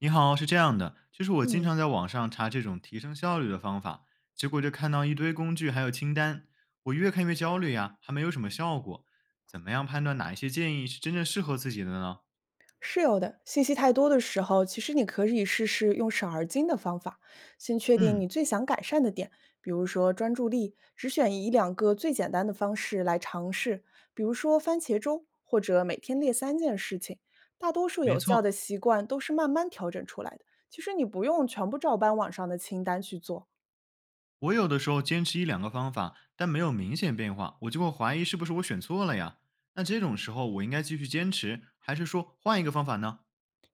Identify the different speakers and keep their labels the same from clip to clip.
Speaker 1: 你好，是这样的，就是我经
Speaker 2: 嗯，
Speaker 1: 常在网上查这种提升效率的方法，结果就看到一堆工具还有清单，我越看越焦虑呀，还没有什么效果。怎么样判断哪一些建议是真正适合自己的呢？
Speaker 2: 是有的。信息太多的时候，其实你可以试试用少而精的方法，先确定你
Speaker 1: 嗯。
Speaker 2: 最想改善的点，比如说专注力，只选一两个最简单的方式来尝试，比如说番茄钟，或者每天列3件事情。大多数
Speaker 1: 没
Speaker 2: 有效
Speaker 1: 错，
Speaker 2: 的习惯都是慢慢调整出来的，其实你不用全部照搬网上的清单去做。
Speaker 1: 我有的时候坚持一两个方法，但没有明显变化，我就会怀疑是不是我选错了呀？那这种时候，我应该继续坚持，还是说换一个方法呢？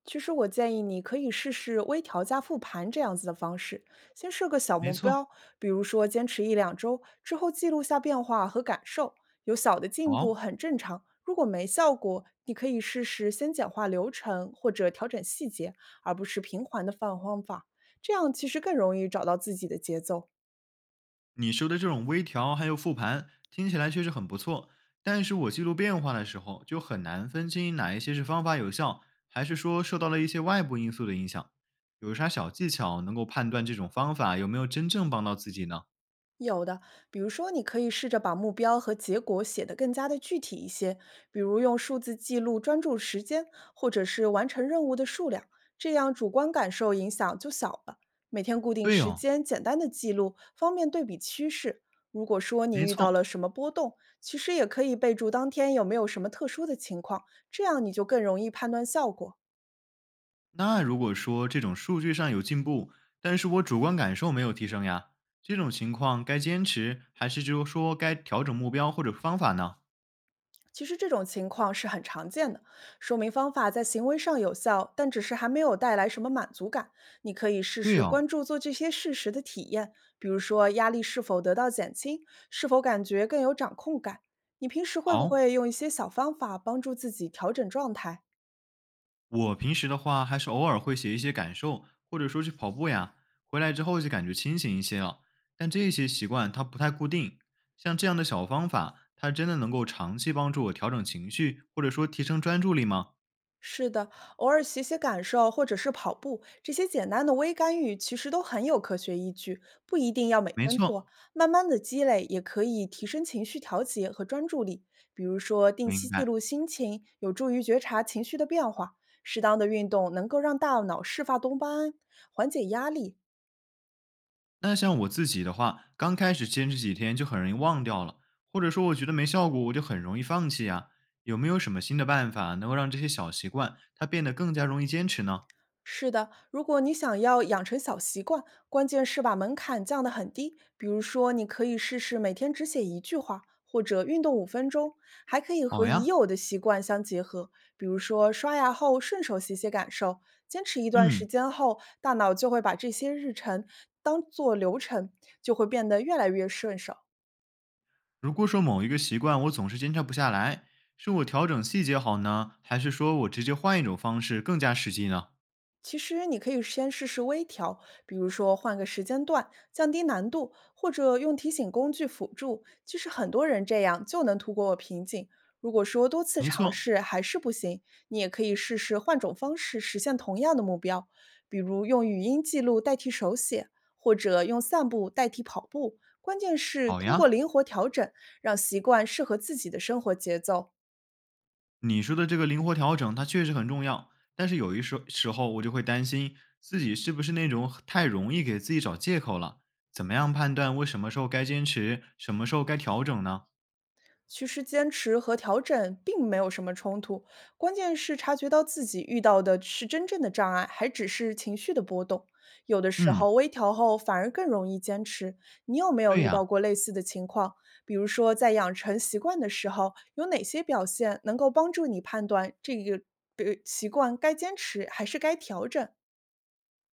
Speaker 2: 其实我建议你可以试试微调加复盘这样子的方式，先设个小
Speaker 1: 没
Speaker 2: 目
Speaker 1: 错。
Speaker 2: 标，比如说坚持1-2周，之后记录下变化和感受，有小的进步
Speaker 1: 好、
Speaker 2: 很正常。如果没效果，你可以试试先简化流程或者调整细节，而不是频繁的放方法，这样其实更容易找到自己的节奏。
Speaker 1: 你说的这种微调还有复盘，听起来确实很不错，但是我记录变化的时候就很难分清哪一些是方法有效，还是说受到了一些外部因素的影响。有啥小技巧能够判断这种方法有没有真正帮到自己呢？
Speaker 2: 有的，比如说，你可以试着把目标和结果写得更加的具体一些，比如用数字记录专注时间，或者是完成任务的数量，这样主观感受影响就小了。每天固定
Speaker 1: 对
Speaker 2: 时
Speaker 1: 哦，
Speaker 2: 间，简单的记录，方便对比趋势。如果说你
Speaker 1: 没
Speaker 2: 遇到
Speaker 1: 错。
Speaker 2: 了什么波动，其实也可以备注当天有没有什么特殊的情况，这样你就更容易判断效果。
Speaker 1: 那如果说这种数据上有进步，但是我主观感受没有提升呀，这种情况该坚持还是就是说该调整目标或者方法呢？
Speaker 2: 其实这种情况是很常见的，说明方法在行为上有效，但只是还没有带来什么满足感。你可以试
Speaker 1: 对
Speaker 2: 试
Speaker 1: 哦。
Speaker 2: 关注做这些事时的体验，比如说压力是否得到减轻，是否感觉更有掌控感。你平时会不
Speaker 1: 好，
Speaker 2: 会用一些小方法帮助自己调整状态？
Speaker 1: 我平时的话，还是偶尔会写一些感受，或者说去跑步呀，回来之后就感觉清醒一些了。但这些习惯它不太固定，像这样的小方法，它真的能够长期帮助我调整情绪，或者说提升专注力吗？
Speaker 2: 是的，偶尔写写感受或者是跑步，这些简单的微干预其实都很有科学依据，不一定要每
Speaker 1: 没
Speaker 2: 天做，
Speaker 1: 错，
Speaker 2: 慢慢的积累也可以提升情绪调节和专注力。比如说，定
Speaker 1: 明
Speaker 2: 期记
Speaker 1: 白。
Speaker 2: 录心情，有助于觉察情绪的变化；适当的运动能够让大脑释放多巴胺，缓解压力，
Speaker 1: 那像我自己的话，刚开始坚持几天就很容易忘掉了，或者说我觉得没效果，我就很容易放弃呀。有没有什么新的办法能够让这些小习惯它变得更加容易坚持呢？
Speaker 2: 是的，如果你想要养成小习惯，关键是把门槛降得很低。比如说，你可以试试每天只写一句话，或者运动五分钟，还可以和
Speaker 1: 好
Speaker 2: 已
Speaker 1: 呀。
Speaker 2: 有的习惯相结合，比如说刷牙后顺手写写感受。坚持一段时
Speaker 1: 嗯。
Speaker 2: 间后，大脑就会把这些日程当做流程，就会变得越来越顺手。
Speaker 1: 如果说某一个习惯我总是坚持不下来，是我调整细节好呢，还是说我直接换一种方式更加实际呢？
Speaker 2: 其实你可以先试试微调，比如说换个时间段，降低难度，或者用提醒工具辅助。其实很多人这样就能突破瓶颈。如果说多次
Speaker 1: 没
Speaker 2: 尝
Speaker 1: 错。
Speaker 2: 试还是不行，你也可以试试换种方式实现同样的目标，比如用语音记录代替手写，或者用散步代替跑步。关键是
Speaker 1: 好
Speaker 2: 通过
Speaker 1: 呀，
Speaker 2: 灵活调整，让习惯适合自己的生活节奏。
Speaker 1: 你说的这个灵活调整，它确实很重要。但是有时候，我就会担心自己是不是那种太容易给自己找借口了。怎么样判断我什么时候该坚持，什么时候该调整呢？
Speaker 2: 其实坚持和调整并没有什么冲突，关键是察觉到自己遇到的是真正的障碍，还只是情绪的波动。有的时
Speaker 1: 嗯。
Speaker 2: 候微调后反而更容易坚持。你有没有
Speaker 1: 对
Speaker 2: 遇
Speaker 1: 呀、
Speaker 2: 到过类似的情况？比如说在养成习惯的时候，有哪些表现能够帮助你判断这个习惯该坚持还是该调整？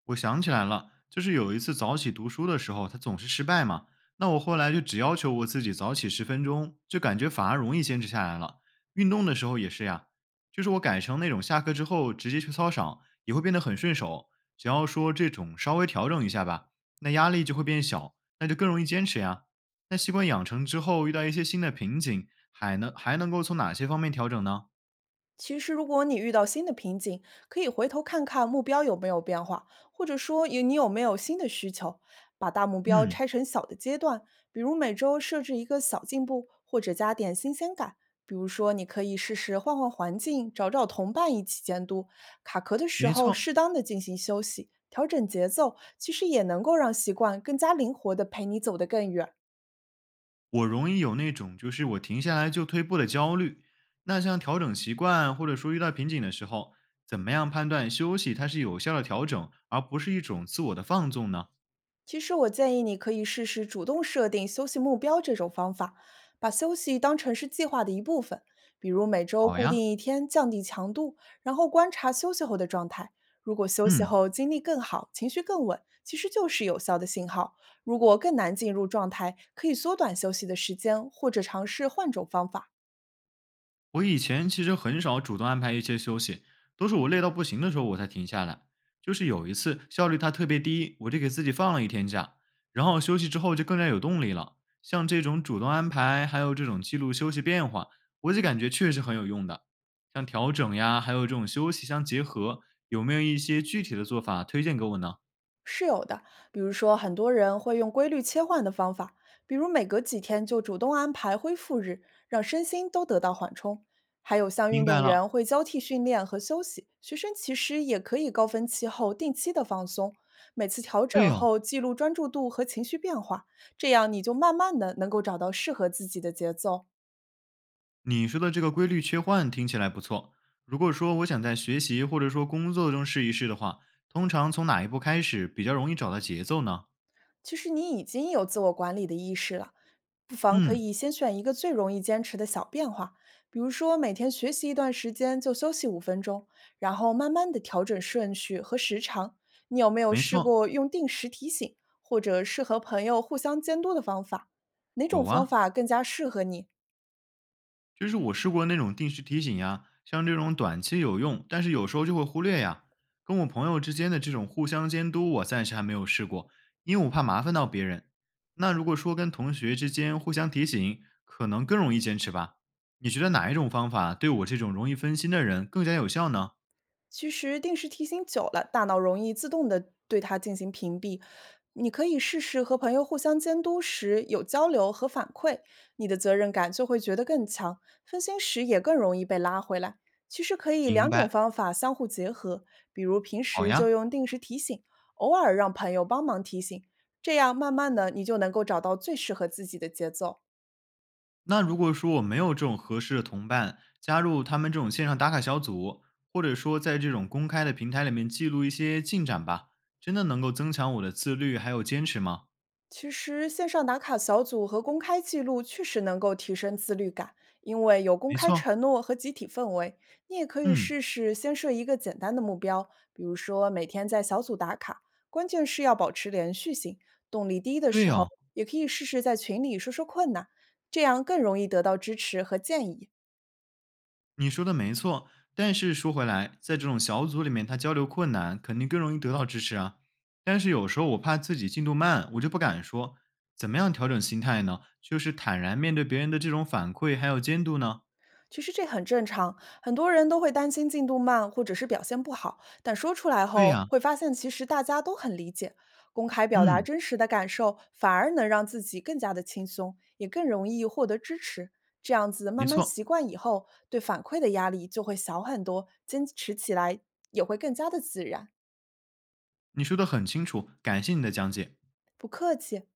Speaker 1: 我想起来了，就是有一次早起读书的时候，他总是失败嘛。那我后来就只要求我自己早起十分钟，就感觉反而容易坚持下来了。运动的时候也是呀，就是我改成那种下课之后直接去操场，也会变得很顺手。只要说这种稍微调整一下吧，那压力就会变小，那就更容易坚持呀。那习惯养成之后，遇到一些新的瓶颈，还能够从哪些方面调整呢？
Speaker 2: 其实，如果你遇到新的瓶颈，可以回头看看目标有没有变化，或者说你有没有新的需求。把大目标
Speaker 1: 嗯。
Speaker 2: 拆成小的阶段，比如每周设置一个小进步，或者加点新鲜感。比如说，你可以试试换换环境，找找同伴一起监督。卡壳的时
Speaker 1: 没
Speaker 2: 候，
Speaker 1: 错，
Speaker 2: 适当的进行休息，调整节奏，其实也能够让习惯更加灵活的陪你走得更远。
Speaker 1: 我容易有那种就是我停下来就退步的焦虑。那像调整习惯或者说遇到瓶颈的时候，怎么样判断休息它是有效的调整，而不是一种自我的放纵呢？
Speaker 2: 其实我建议你可以试试主动设定休息目标这种方法，把休息当成是计划的一部分，比如每周
Speaker 1: 好
Speaker 2: 固
Speaker 1: 呀。
Speaker 2: 定一天，降低强度，然后观察休息后的状态。如果休息
Speaker 1: 嗯。
Speaker 2: 后精力更好，情绪更稳，其实就是有效的信号。如果更难进入状态，可以缩短休息的时间，或者尝试换种方法。
Speaker 1: 我以前其实很少主动安排一些休息，都是我累到不行的时候我才停下来。就是有一次效率它特别低，我就给自己放了一天假，然后休息之后就更加有动力了。像这种主动安排，还有这种记录休息变化，我就感觉确实很有用的。像调整呀，还有这种休息相结合，有没有一些具体的做法推荐给我呢？
Speaker 2: 是有的，比如说很多人会用规律切换的方法，比如每隔几天就主动安排恢复日，让身心都得到缓冲。还有像
Speaker 1: 明
Speaker 2: 运
Speaker 1: 白
Speaker 2: 动
Speaker 1: 了，
Speaker 2: 员会交替训练和休息，学生其实也可以高峰期后定期的放松，每次调
Speaker 1: 对
Speaker 2: 整
Speaker 1: 哦。
Speaker 2: 后记录专注度和情绪变化，这样你就慢慢的能够找到适合自己的节奏。
Speaker 1: 你说的这个规律切换听起来不错。如果说我想在学习或者说工作中试一试的话，通常从哪一步开始比较容易找到节奏呢？
Speaker 2: 其实你已经有自我管理的意识了。不妨可
Speaker 1: 嗯，
Speaker 2: 以先选一个最容易坚持的小变化，比如说每天学习一段时间就休息五分钟，然后慢慢的调整顺序和时长。你有没有
Speaker 1: 没
Speaker 2: 试
Speaker 1: 错。
Speaker 2: 过用定时提醒，或者是和朋友互相监督的方法？哪
Speaker 1: 有
Speaker 2: 种方
Speaker 1: 啊，
Speaker 2: 法更加适合你？
Speaker 1: 就是我试过那种定时提醒呀，像这种短期有用，但是有时候就会忽略呀。跟我朋友之间的这种互相监督，我暂时还没有试过，因为我怕麻烦到别人。那如果说跟同学之间互相提醒，可能更容易坚持吧？你觉得哪一种方法对我这种容易分心的人更加有效呢？
Speaker 2: 其实定时提醒久了，大脑容易自动的对它进行屏蔽。你可以试试和朋友互相监督时有交流和反馈，你的责任感就会觉得更强，分心时也更容易被拉回来。其实可以
Speaker 1: 明
Speaker 2: 两种
Speaker 1: 白。
Speaker 2: 方法相互结合，比如平
Speaker 1: 好
Speaker 2: 时就
Speaker 1: 呀。
Speaker 2: 用定时提醒，偶尔让朋友帮忙提醒，这样慢慢的你就能够找到最适合自己的节奏。
Speaker 1: 那如果说我没有这种合适的同伴，加入他们这种线上打卡小组，或者说在这种公开的平台里面记录一些进展吧，真的能够增强我的自律还有坚持吗？
Speaker 2: 其实，线上打卡小组和公开记录确实能够提升自律感，因为有公
Speaker 1: 没
Speaker 2: 开
Speaker 1: 错。
Speaker 2: 承诺和集体氛围。你也可以
Speaker 1: 嗯。
Speaker 2: 试试先设一个简单的目标，比如说每天在小组打卡，关键是要保持连续性。动力低的时
Speaker 1: 对
Speaker 2: 候，
Speaker 1: 哦。
Speaker 2: 也可以试试在群里说说困难，这样更容易得到支持和建议。
Speaker 1: 你说的没错。但是说回来，在这种小组里面，他交流困难，肯定更容易得到支持啊。但是有时候我怕自己进度慢，我就不敢说。怎么样调整心态呢？就是坦然面对别人的这种反馈还有监督呢？
Speaker 2: 其实这很正常，很多人都会担心进度慢或者是表现不好，但说出来
Speaker 1: 对
Speaker 2: 后
Speaker 1: 呀、
Speaker 2: 会发现，其实大家都很理解。公开表达
Speaker 1: 嗯。
Speaker 2: 真实的感受，反而能让自己更加的轻松，也更容易获得支持。这样子
Speaker 1: 没
Speaker 2: 慢慢
Speaker 1: 错，
Speaker 2: 习惯以后，对反馈的压力就会小很多，坚持起来也会更加的自然。
Speaker 1: 你说的很清楚，感谢你的讲解。
Speaker 2: 不客气。